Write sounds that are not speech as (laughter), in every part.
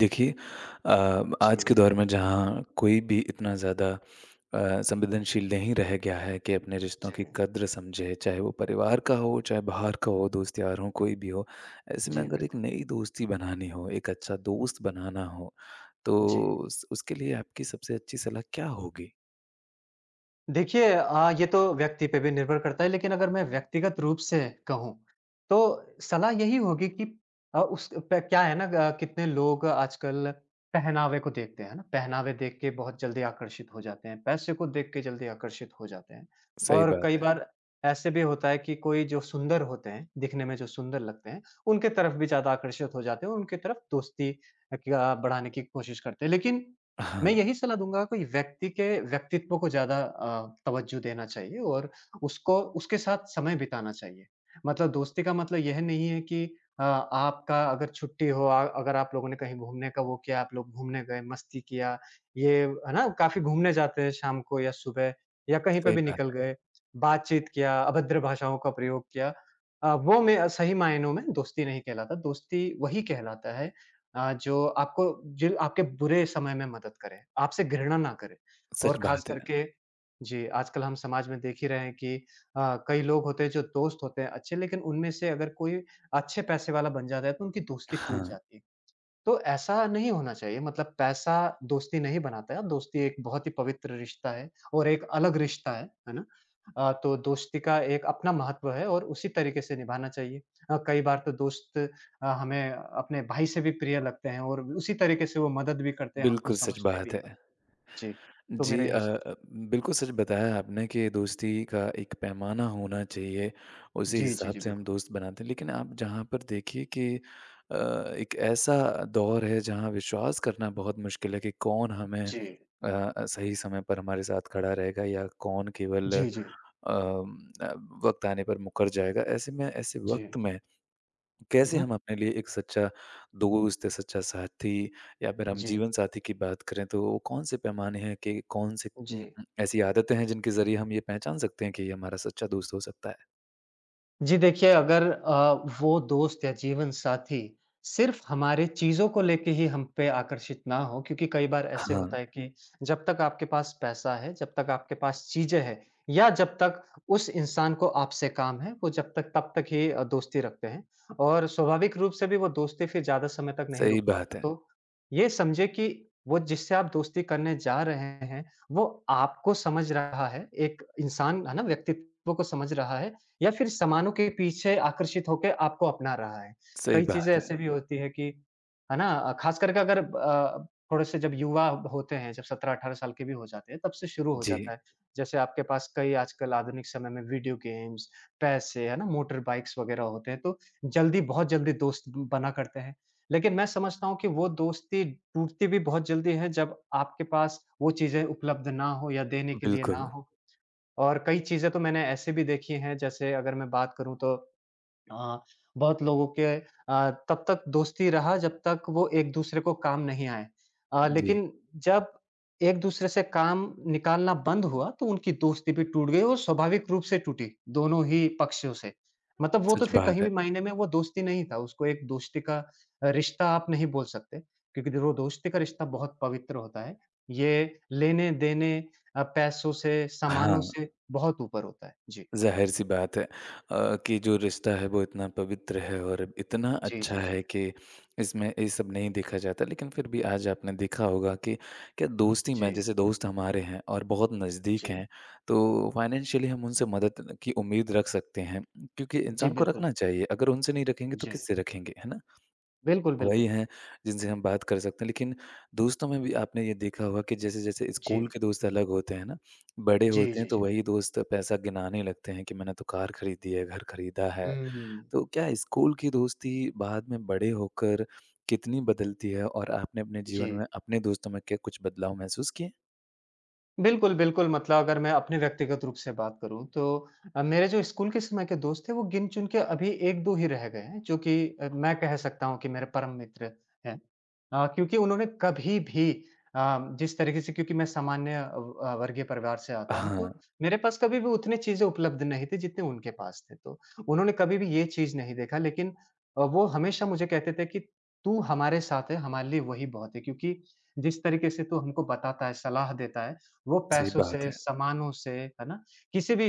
देखिए आज के जी, दौर में जहाँ कोई भी इतना ज़्यादा संवेदनशील नहीं रह गया है कि अपने रिश्तों जी। की कद्र समझे, चाहे वो परिवार का हो चाहे बाहर का हो, दोस्त यार हो, कोई भी हो। ऐसे में जी, अगर एक बिल्कुल। नई दोस्ती बनानी हो, एक अच्छा दोस्त बनाना हो, तो जी। उसके लिए आपकी सबसे अच्छी सलाह क्या होगी? देखिए ये तो व्यक्ति पे भी निर्भर करता है लेकिन अगर मैं व्यक्तिगत रूप से कहूँ, तो सलाह यही होगी कि अ, उस प क्या है ना कितने लोग आजकल पहनावे को देखते हैं, है ना? पहनावे देख के बहुत जल्दी आकर्षित हो जाते हैं, पैसे को देख के जल्दी आकर्षित हो जाते हैं। सही और कई बात है। बार ऐसे भी होता है कि कोई जो सुंदर होते हैं, दिखने में जो सुंदर लगते हैं, उनके तरफ भी ज़्यादा आकर्षित हो जाते हैं, उनकी तरफ दोस्ती क्या बढ़ाने की कोशिश करते हैं। लेकिन मैं हाँ, यही सलाह दूँगा कोई व्यक्ति के व्यक्तित्व को ज़्यादा तवज्जो देना चाहिए और उसको उसके साथ समय बिताना चाहिए। मतलब दोस्ती का मतलब यह नहीं है कि आपका अगर छुट्टी हो अगर आप लोगों ने कहीं घूमने का वो किया, आप लोग घूमने गए, मस्ती किया, ये है ना? काफ़ी घूमने जाते हैं शाम को या सुबह या कहीं पे सही भी बात निकल है। गए, बातचीत किया, अभद्र भाषाओं का प्रयोग किया। वो मैं सही मायनों में दोस्ती नहीं कहलाता, दोस्ती वही कहलाता है अ, जो आपको जो आपके बुरे समय में मदद करे, आपसे घृणा ना करे और सच ख़ास बात है। करके जी, आजकल हम समाज में देख ही रहे हैं कि कई लोग होते हैं जो दोस्त होते हैं अच्छे लेकिन उनमें से अगर कोई अच्छे पैसे वाला बन जाता है तो उनकी दोस्ती टूट हाँ, जाती है। तो ऐसा नहीं होना चाहिए मतलब पैसा दोस्ती नहीं बनाता है, दोस्ती एक बहुत ही पवित्र रिश्ता है और एक अलग रिश्ता है ना? तो दोस्ती का एक अपना महत्व है और उसी तरीके से निभाना चाहिए। कई बार तो दोस्त हमें अपने भाई से भी प्रिय लगते हैं और उसी तरीके से वो मदद भी करते हैं, हमको बिल्कुल सच समझते भी बात है। हैं। जी, तो मेरा जी अ यही सोच अ, बिल्कुल सच बताया आपने कि दोस्ती का एक पैमाना होना चाहिए, उसी जी, जी, हिसाब जी, से हम बिल्कुल। दोस्त बनाते हैं। लेकिन आप जहाँ पर देखिए कि अ, एक ऐसा दौर है जहाँ विश्वास करना बहुत मुश्किल है कि कौन हमें जी। अ सही समय पर हमारे साथ खड़ा रहेगा या कौन केवल जी, जी। अम, अ, वक़्त आने पर मुकर जाएगा। ऐसे में, ऐसे जी। वक़्त में हुँ, कैसे हुँ। हम अपने लिए एक सच्चा दोस्त या सच्चा साथी या फिर हम जी, जीवन साथी की बात करें, तो वो कौन-से पैमाने हैं, कि कौन से जी। ऐसी आदतें हैं जिनके ज़रिए हम ये पहचान सकते हैं कि ये हमारा सच्चा दोस्त हो सकता है? जी, देखिए अगर वो दोस्त या जीवन साथी सिर्फ हमारे चीज़ों को लेके ही हम पे आकर्षित ना हो क्योंकि कई बार ऐसे हाँ, होता है कि जब तक आपके पास पैसा है, जब तक आपके पास चीज़ें हैं या जब तक उस इंसान को आपसे काम है, वो जब तक तब तक ही दोस्ती रखते हैं और स्वाभाविक रूप से भी वो दोस्ती फिर ज़्यादा समय तक नहीं सही रुक बात पाता। है, तो ये समझे कि वो जिससे आप दोस्ती करने जा रहे हैं, वो आपको समझ रहा है, एक इंसान है ना व्यक्तित्व को समझ रहा है या फिर सामानों के पीछे आकर्षित होके आपको अपना रहा है। सही कई चीज़ें बात है। ऐसी भी होती है कि है ना? ख़ास करके अगर थोड़े से जब युवा होते हैं, जब 17-18 साल के भी हो जाते हैं, तब से शुरू हो जी, जाता है। जैसे आपके पास कई आजकल आधुनिक समय में वीडियो गेम्स, पैसे, है ना? मोटर बाइक्स वग़ैरह होते हैं, तो जल्दी बहुत जल्दी दोस्त ब बना करते हैं। लेकिन मैं समझता हूँ कि वो दोस्ती टूटती भी बहुत जल्दी है, जब आपके पास वो चीज़ें उपलब्ध ना हो या देने के लिए ना बिल्कुल। हो। और कई चीज़ें तो मैंने ऐसी भी देखी हैं जैसे अगर मैं बात करूँ तो हाँ, बहुत लोगों के तब तक दोस्ती रहा जब तक वो एक-दूसरे को काम नहीं आए। जी, लेकिन जब एक-दूसरे से काम निकालना बंद हुआ तो उनकी दोस्ती भी टूट गई और स्वाभाविक रूप से टूटी, दोनों ही पक्षों से। मतलब वो तो सच फिर बात कहीं है। भी मायने में वो दोस्ती नहीं था, उसको एक दोस्ती का रिश्ता आप नहीं बोल सकते क्योंकि देखो दोस्ती का रिश्ता बहुत पवित्र होता है। ये लेने-देने पैसों से, हाँ। सामानों से बहुत ऊपर होता है। जी। ज़ाहिर-सी बात है कि जो रिश्ता है वो इतना पवित्र है और इतना जी, अच्छा जी, जी। है कि इसमें ये सब नहीं देखा जाता। लेकिन फिर भी आज आपने देखा होगा कि क्या दोस्ती में, जी, जैसे दोस्त हमारे हैं और बहुत नज़दीक जी। हैं, तो फाइनेंशियली हम उनसे मदद की उम्मीद रख सकते हैं, क्योंकि जी, इंसान को बिल्कुल। रखना चाहिए। अगर उनसे नहीं रखेंगे तो जी। किससे रखेंगे, है ना? बिल्कुल, वही बिल्कुल। हैं जिनसे हम बात कर सकते हैं। लेकिन दोस्तों में भी आपने ये देखा होगा कि जैसे-जैसे स्कूल जी। के दोस्त अलग होते हैं ना, बड़े जी, होते हैं, जी, तो जी। वही दोस्त पैसा गिनाने लगते हैं कि मैंने तो कार खरीदी है, घर खरीदा है। हुँ। तो क्या स्कूल की दोस्ती बाद में बड़े होकर कितनी बदलती है, और आपने अपने जी। जीवन में अपने दोस्तों में क्या कुछ बदलाव महसूस किए? बिल्कुल, बिल्कुल, मतलब अगर मैं अपने व्यक्तिगत रूप से बात करूँ तो मेरे जो स्कूल के समय के दोस्त थे वो गिन-चुन के अभी 1-2 ही रह गए हैं जो कि मैं कह सकता हूँ कि मेरे परम मित्र हैं। क्योंकि उन्होंने कभी भी जिस तरीके से क्योंकि मैं सामान्य वर्गीय परिवार से आता हूँ हाँ, तो मेरे पास कभी भी उतनी चीज़ें उपलब्ध नहीं थी जितने उनके पास थे। तो उन्होंने कभी भी ये चीज़ नहीं देखा लेकिन वो हमेशा मुझे कहते थे कि तू हमारे साथ है, हमारे लिए वही बहुत है क्योंकि जिस तरीके से तू हमको बताता है, सलाह देता है वो सही पैसों बात से, है। सामानों से, है ना? किसी भी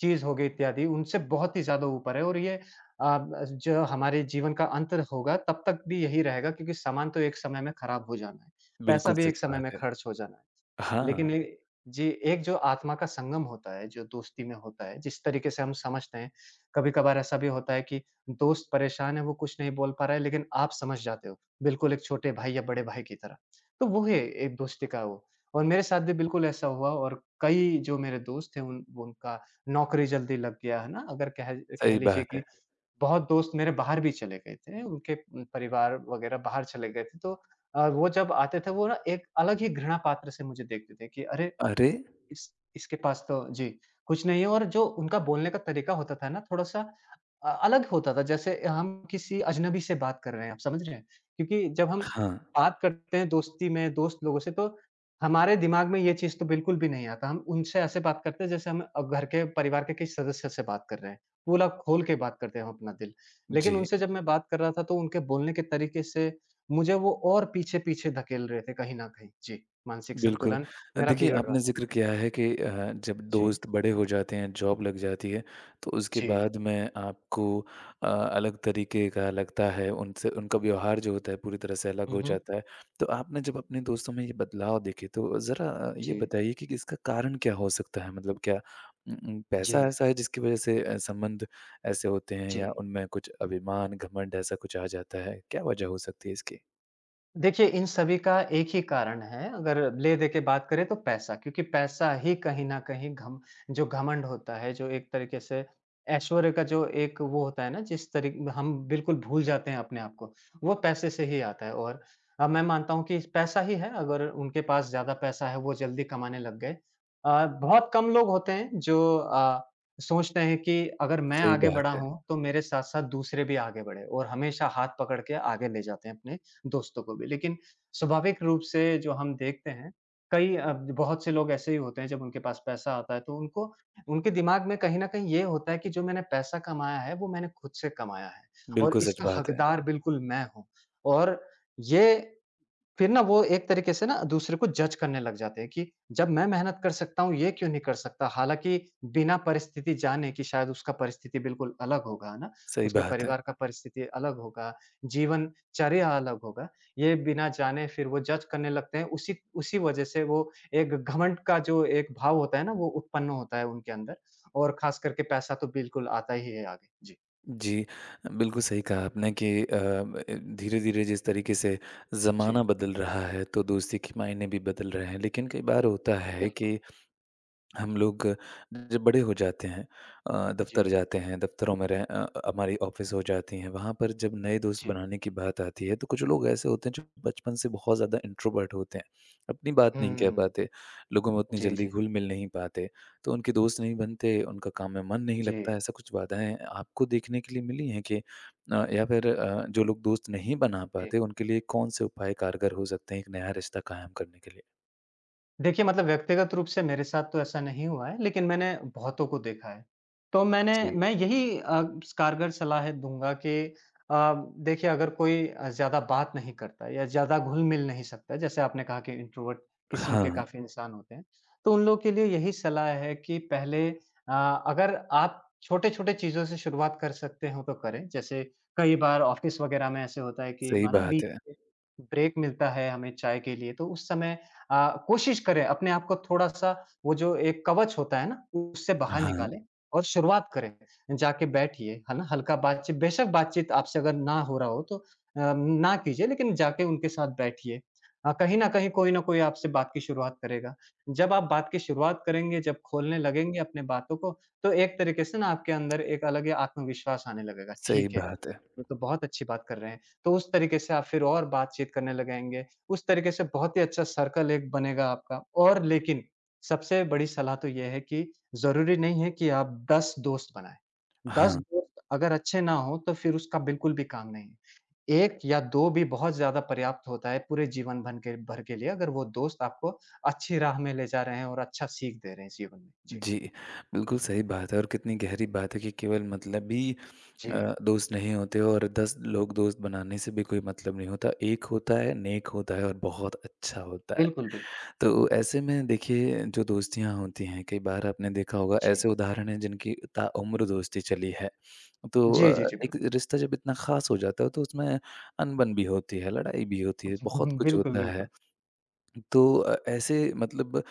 चीज़ हो गई इत्यादि उनसे बहुत ही ज़्यादा ऊपर है और ये अ, ब जो हमारे जीवन का अंत होगा तब तक भी यही रहेगा क्योंकि सामान तो एक समय में खराब हो जाना है। पैसा बिल्कुल भी सच एक समय में बात है। खर्च हो जाना है। हाँ, लेकिन ये जी, एक जो आत्मा का संगम होता है, जो दोस्ती में होता है, जिस तरीके से हम समझते हैं, कभी-कभार ऐसा भी होता है कि दोस्त परेशान है, वो कुछ नहीं बोल पा रहा है, लेकिन आप समझ जाते हो, बिल्कुल एक छोटे भाई या बड़े भाई की तरह। तो वो है एक दोस्ती का वो और मेरे साथ भी बिल्कुल ऐसा हुआ और कई जो मेरे दोस्त हैं, उन उनका नौकरी जल्दी लग गया, है ना? अगर कह कह सही लीजिए बात है। कि बहुत दोस्त मेरे बाहर भी चले गए थे, उनके परिवार वगैरह बाहर चले गए थे, तो वो जब आते थे वो ना एक अलग ही घृणा पात्र से मुझे देखते थे कि अरे! अरे! इस इसके पास तो जी, कुछ नहीं है और जो उनका बोलने का तरीका होता था ना थोड़ा-सा अलग होता था जैसे हम किसी अजनबी से बात कर रहे हैं, आप समझ रहे हैं? क्योंकि जब हम हाँ, बात करते हैं दोस्ती में दोस्त लोगों से तो हमारे दिमाग में ये चीज़ तो बिल्कुल भी नहीं आता। हम उनसे ऐसे बात करते हैं जैसे हम घर के परिवार के किसी सदस्य से बात कर रहे हैं। पूरा खोल के बात करते हैं हम अपना दिल। लेकिन जी। उनसे जब मैं बात कर रहा था तो उनके बोलने के तरीके से मुझे वो और पीछे-पीछे धकेल रहे थे कहीं न कहीं। जी, मानसिक बिल्कुल। संतुलन मेरा देखिए, बिगड़ रहा आपने था। ज़िक्र किया है कि जब जी, दोस्त बड़े हो जाते हैं, जॉब लग जाती है, तो उसके जी। बाद में आपको अलग तरीके का लगता है, उनसे उनका व्यवहार जो होता है पूरी तरह से अलग हुँ, हो हुँ। जाता है। तो आपने जब अपने दोस्तों में ये बदलाव देखे, तो ज़रा ये जी, बताइए कि इसका कारण क्या हो सकता है? मतलब क्या जी, पैसा ऐसा है जिसकी वज़ह से संबंध ऐसे होते हैं, जी। या उनमें कुछ अभिमान, घमंड ऐसा कुछ आ जाता है? क्या वज़ह हो सकती है इसकी? देखिए, इन सभी का एक ही कारण है, अगर ले-दे के बात करें तो पैसा, क्योंकि पैसा ही कहीं न कहीं घम जो घमंड होता है, जो एक तरीके से ऐश्वर्य का जो एक वो होता है ना, जिस तरी हम बिल्कुल भूल जाते हैं अपने आप को, वो पैसे से ही आता है और मैं मानता हूँ कि पैसा ही है, अगर उनके पास ज़्यादा पैसा है, वो जल्दी कमाने लग गए। बहुत कम लोग होते हैं जो सोचते हैं कि अगर मैं सही आगे बात बढ़ा है। हूँ, तो मेरे साथ-साथ दूसरे भी आगे बढ़े और हमेशा हाथ पकड़ के आगे ले जाते हैं अपने दोस्तों को भी। लेकिन स्वाभाविक रूप से जो हम देखते हैं, कई बहुत से लोग ऐसे ही होते हैं जब उनके पास पैसा आता है तो उनको उनके दिमाग में कहीं न कहीं ये होता है कि जो मैंने पैसा कमाया है वो मैंने खुद से कमाया है और बिल्कुल सच इसका बात है। हकदार बिल्कुल मैं हूँ। और ये फिर ना वो एक तरीके से ना दूसरे को जज करने लग जाते हैं कि जब मैं मेहनत कर सकता हूँ ये क्यों नहीं कर सकता? हालाँकि बिना परिस्थिति जाने कि शायद उसका परिस्थिति बिल्कुल अलग होगा, है ना? सही उसके बात है। परिवार का परिस्थिति अलग होगा, जीवनचर्या अलग होगा। ये बिना जाने फिर वो जज करने लगते हैं। उसी उसी वजह से वो एक घमंड का जो एक भाव होता है ना वो उत्पन्न होता है उनके अंदर और ख़ास करके पैसा तो बिल्कुल आता ही है आगे। जी, जी, बिल्कुल सही कहा आपने कि धीरे-धीरे जिस तरीके से जी, ज़माना बदल रहा है, तो दोस्ती के मायने भी बदल रहे हैं। लेकिन कई बार होता है बिल्कुल। कि हम लोग जब बड़े हो जाते हैं, जी, दफ्तर जी, जाते हैं, दफ्तरों में हमारी ऑफ़िस हो जाती हैं, वहाँ पर जब नए दोस्त जी। बनाने की बात आती है, तो कुछ लोग ऐसे होते हैं जो बचपन से बहुत ज़्यादा इंट्रोवर्ट होते हैं, अपनी बात हुँ, नहीं कह हुँ। पाते, लोगों में उतनी जी, जल्दी जी, घुल मिल नहीं पाते, तो उनके दोस्त नहीं बनते, उनका काम में मन नहीं जी। लगता। ऐसा कुछ बाधाएं आपको देखने के लिए मिली हैं कि या फिर जो लोग दोस्त नहीं बना जी। पाते, उनके लिए कौन से उपाय कारगर हो सकते हैं एक नया रिश्ता कायम करने के लिए? देखिए, मतलब व्यक्तिगत रूप से मेरे साथ तो ऐसा नहीं हुआ है, लेकिन मैंने बहुतों को देखा है। तो मैंने जी। मैं यही कारगर सलाह दूँगा कि अ, देखिए अगर कोई ज़्यादा बात नहीं करता है या ज़्यादा घुल-मिल नहीं सकता है, जैसे आपने कहा कि इंट्रोवर्ट किस्म के हाँ, काफ़ी इंसान होते हैं, तो उन लोगों के लिए यही सलाह है कि पहले अगर आप छोटे-छोटे चीज़ों से शुरुआत कर सकते हो तो करें। जैसे कई बार ऑफ़िस वग़ैरह में ऐसे होता है कि सही माना बीच बात है। में ब्रेक मिलता है हमें चाय के लिए, तो उस समय कोशिश करें अपने आप को थोड़ा-सा वो जो एक कवच होता है ना, उससे बाहर हाँ। निकालें और शुरुआत करें। जाके बैठिए, है ना? हल्का बातचीत, बेशक बातचीत आपसे अगर ना हो रहा हो तो ना कीजिए, लेकिन जाके उनके साथ बैठिए। कहीं न कहीं कोई न कोई आपसे बात की शुरुआत करेगा। जब आप बात की शुरुआत करेंगे, जब खोलने लगेंगे अपने बातों को, तो एक तरीके से ना आपके अंदर एक अलग ही आत्मविश्वास आने लगेगा। सही ठीक है, बात है। ये तो बहुत अच्छी बात कर रहे हैं। तो उस तरीके से आप फिर और बातचीत करने लगेंगे। उस तरीके से बहुत ही अच्छा सर्कल एक बनेगा आपका। और लेकिन सबसे बड़ी सलाह तो ये है कि ज़रूरी नहीं है कि आप 10 दोस्त बनाएँ। 10 हाँ, दोस्त अगर अच्छे ना हों तो फिर उसका बिल्कुल भी काम नहीं है। 1 या 2 भी बहुत ज़्यादा पर्याप्त होता है पूरे जीवन भन के भर के लिए, अगर वो दोस्त आपको अच्छी राह में ले जा रहे हैं और अच्छा सीख दे रहे हैं जीवन में। जी। जी, बिल्कुल सही बात है। और कितनी गहरी बात है कि केवल मतलब ही जी। दोस्त नहीं होते, और 10 लोग दोस्त बनाने से भी कोई मतलब नहीं होता। एक होता है, नेक होता है, और बहुत अच्छा होता है। बिल्कुल, बिल्कुल। तो ऐसे में देखिए, जो दोस्तियाँ होती हैं, कई बार आपने देखा होगा जी। ऐसे उदाहरण हैं जिनकी ताउम्र दोस्ती चली है। तो जी, जी, जी, एक रिश्ता जब इतना ख़ास हो जाता है, तो उसमें अनबन भी होती है, लड़ाई भी होती है, बिल्कुल। बहुत (laughs) कुछ बिल्कुल, होता है। बिल्कुल। तो ऐसे मतलब,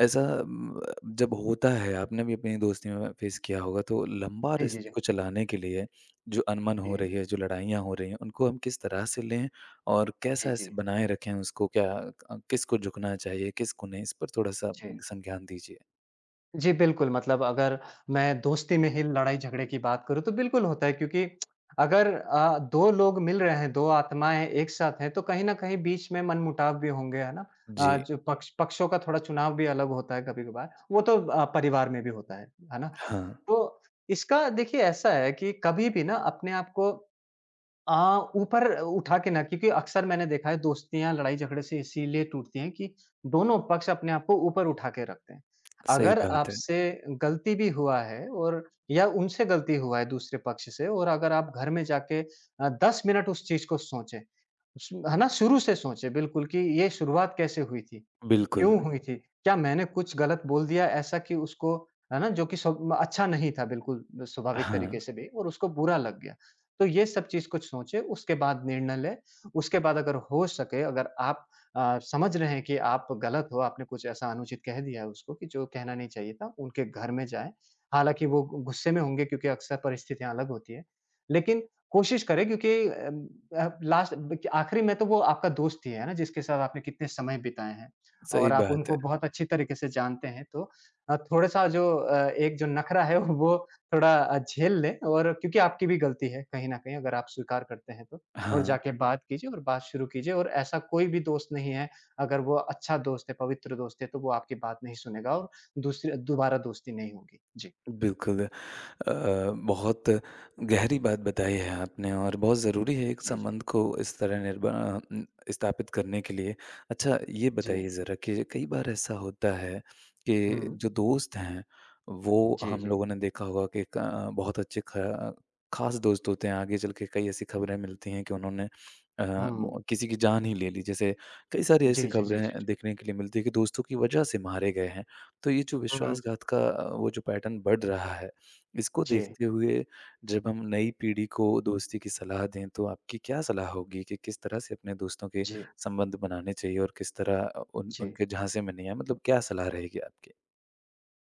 ऐसा म, जब होता है, आपने भी अपनी दोस्ती में फेस किया होगा, तो लंबा जी, जी, जी। रिश्ते को चलाने के लिए जो अनबन हो जी। रही है, जो लड़ाइयाँ हो रही हैं, उनको हम किस तरह से लें और जी, कैसा जी। ऐसे बनाए बिल रखें उसको, क्या किसको झुकना चाहिए किसको नहीं, इस पर थोड़ा सा जी। संज्ञान दीजिए। जी, बिल्कुल। मतलब अगर मैं दोस्ती में ही लड़ाई-झगड़े की बात करूँ तो बिल्कुल होता है, क्योंकि अगर 2 लोग मिल रहे हैं, 2 आत्माएँ एक साथ हैं, तो कहीं न कहीं बीच में मनमुटाव भी होंगे, है ना? जी, जो पक्षों का थोड़ा चुनाव भी अलग होता है कभी-कभार, वो तो परिवार में भी होता है ना? हाँ, तो इसका देखिए ऐसा है कि कभी भी ना अपने आप को ऊपर उठा के ना, क्योंकि अक्सर मैंने देखा है दोस्तियाँ लड़ाई-झगड़े से इसीलिए टूटती हैं कि दोनों पक्ष अपने आप को ऊपर उठा के रखते हैं। सही अगर बात है, आपसे गलती भी हुआ है और या उनसे गलती हुआ है दूसरे पक्ष से, और अगर आप घर में जाके 10 मिनट उस चीज़ को सोचें, श है ना? शुरू से सोचें बिल्कुल कि ये शुरुआत कैसे हुई थी? बिल्कुल, क्यों हुई थी? क्या मैंने कुछ गलत बोल दिया ऐसा कि उसको, है ना? जो कि सब अच्छा नहीं था बिल्कुल स्वाभाविक तरीके हाँ, से भी, और उसको बुरा लग गया। तो ये सब चीज़ कुछ सोचें, उसके बाद निर्णय लें। उसके बाद अगर हो सके, अगर आप समझ रहे हैं कि आप गलत हो, आपने कुछ ऐसा अनुचित कह दिया है उसको कि जो कहना नहीं चाहिए था, उनके घर में जाएँ। हालाँकि वो गु गुस्से में होंगे, क्योंकि अक्सर परिस्थितियाँ अलग होती हैं। लेकिन कोशिश करें, क्योंकि लास्ट आखिरी में तो वो आपका दोस्त ही है ना, जिसके साथ आपने कितने समय बिताए हैं। और सही आप बात उनको है, बहुत अच्छी तरीके से जानते हैं, तो थोड़ा-सा जो एक जो नखरा है वो थोड़ा झेल लें। और क्योंकि आपकी भी गलती है कहीं न कहीं, अगर आप स्वीकार करते हैं तो। और हाँ, जाके बात कीजिए और बात शुरू कीजिए, और ऐसा कोई भी दोस्त नहीं है, अगर वो अच्छा दोस्त है, पवित्र दोस्त है, तो वो आपकी बात नहीं सुनेगा और दूसरी दोबारा दोस्ती नहीं होगी। जी, बिल्कुल। अ, बहुत गहरी बात बताई है आपने, और बहुत ज़रूरी है एक जी, जी। संबंध को इस तरह निर्भर स्थापित करने के लिए। अच्छा, ये जी। बताइए ज़रा कि कई बार ऐसा होता है कि हुँ। जो दोस्त हैं, वो जी, हम जी। लोगों ने देखा होगा कि बहुत अच्छे खास दोस्त होते हैं। आगे चल के कई ऐसी खबरें मिलती हैं कि उन्होंने अ, हुँ। वो किसी की जान ही ले ली। जैसे कई सारी जी, ऐसी जी, जी, जी, खबरें जी। देखने के लिए मिलती है कि दोस्तों की वजह से मारे गए हैं। तो ये जो हुँ। विश्वासघात का वो जो पैटर्न बढ़ रहा है, इसको जी, देखते हुए जब हम नई पीढ़ी को दोस्ती की सलाह दें, तो आपकी क्या सलाह होगी कि किस तरह से अपने दोस्तों के जी, संबंध बनाने चाहिए और किस तरह उन जी। उनके झांसे में नहीं आए, मतलब क्या सलाह रहेगी आपकी?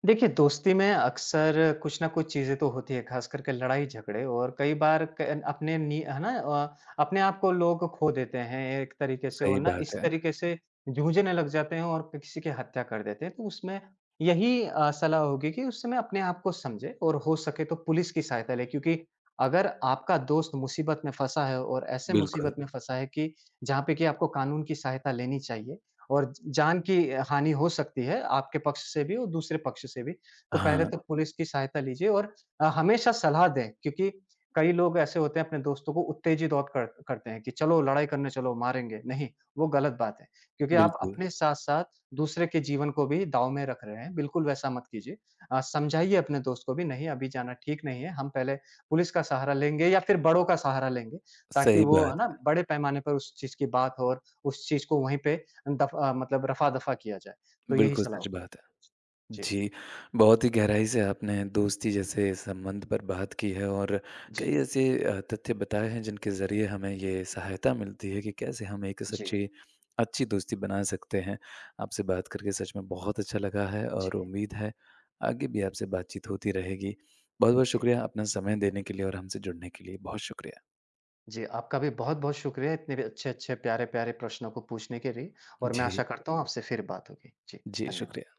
देखिए, दोस्ती में अक्सर कुछ ना कुछ चीज़ें तो होती है, ख़ास करके लड़ाई-झगड़े। और कई बार क अपने नि है ना? अपने आप को लोग खो देते हैं एक तरीके से और सही ना बात इस है। तरीके से जूझने लग जाते हैं और किसी की हत्या कर देते हैं। तो उसमें यही सलाह होगी कि उस समय अपने आप को समझें, और हो सके तो पुलिस की सहायता लें, क्योंकि अगर आपका दोस्त मुसीबत में फँसा है, और ऐसे बिल्कुल। मुसीबत में फँसा है कि जहाँ पे कि आपको कानून की सहायता लेनी चाहिए, और जान की हानि हो सकती है, आपके पक्ष से भी और दूसरे पक्ष से भी। तो पहले हाँ, तो पुलिस की सहायता लीजिए, और हमेशा सलाह दें। क्योंकि कई लोग ऐसे होते हैं अपने दोस्तों को उत्तेजित और कर करते हैं कि चलो लड़ाई करने चलो, मारेंगे। नहीं, वो गलत बात है, क्योंकि आप बिल्कुल। अपने साथ-साथ दूसरे के जीवन को भी दाँव में रख रहे हैं, बिल्कुल वैसा मत कीजिए। समझाइए अपने दोस्त को भी, नहीं अभी जाना ठीक नहीं है, हम पहले पुलिस का सहारा लेंगे या फिर बड़ों का सहारा लेंगे, ताकि सही वो है बात ना है। बड़े पैमाने पर उस चीज़ की बात हो और उस चीज़ को वहीं पे दफ़ मतलब रफ़ा-दफ़ा किया जाए। तो यही बिल्कुल सलाह सच होगी। बात है। जी, जी, बहुत ही गहराई से आपने दोस्ती जैसे संबंध पर बात की है, और जी, कई ऐसे तथ्य बताए हैं जिनके ज़रिए हमें ये सहायता मिलती है कि कैसे हम एक जी, सच्ची अच्छी दोस्ती बना सकते हैं। आपसे बात करके सच में बहुत अच्छा लगा है, और जी, उम्मीद है आगे भी आपसे बातचीत होती रहेगी। बहुत-बहुत जी, शुक्रिया अपना समय देने के लिए और हमसे जुड़ने के लिए। बहुत शुक्रिया। जी। आपका भी बहुत-बहुत शुक्रिया इतने भी अच्छे-अच्छे, प्यारे-प्यारे प्रश्नों को पूछने के लिए, और मैं जी, आशा करता हूँ आपसे फिर बात होगी। जी, जी धन्यवाद। शुक्रिया।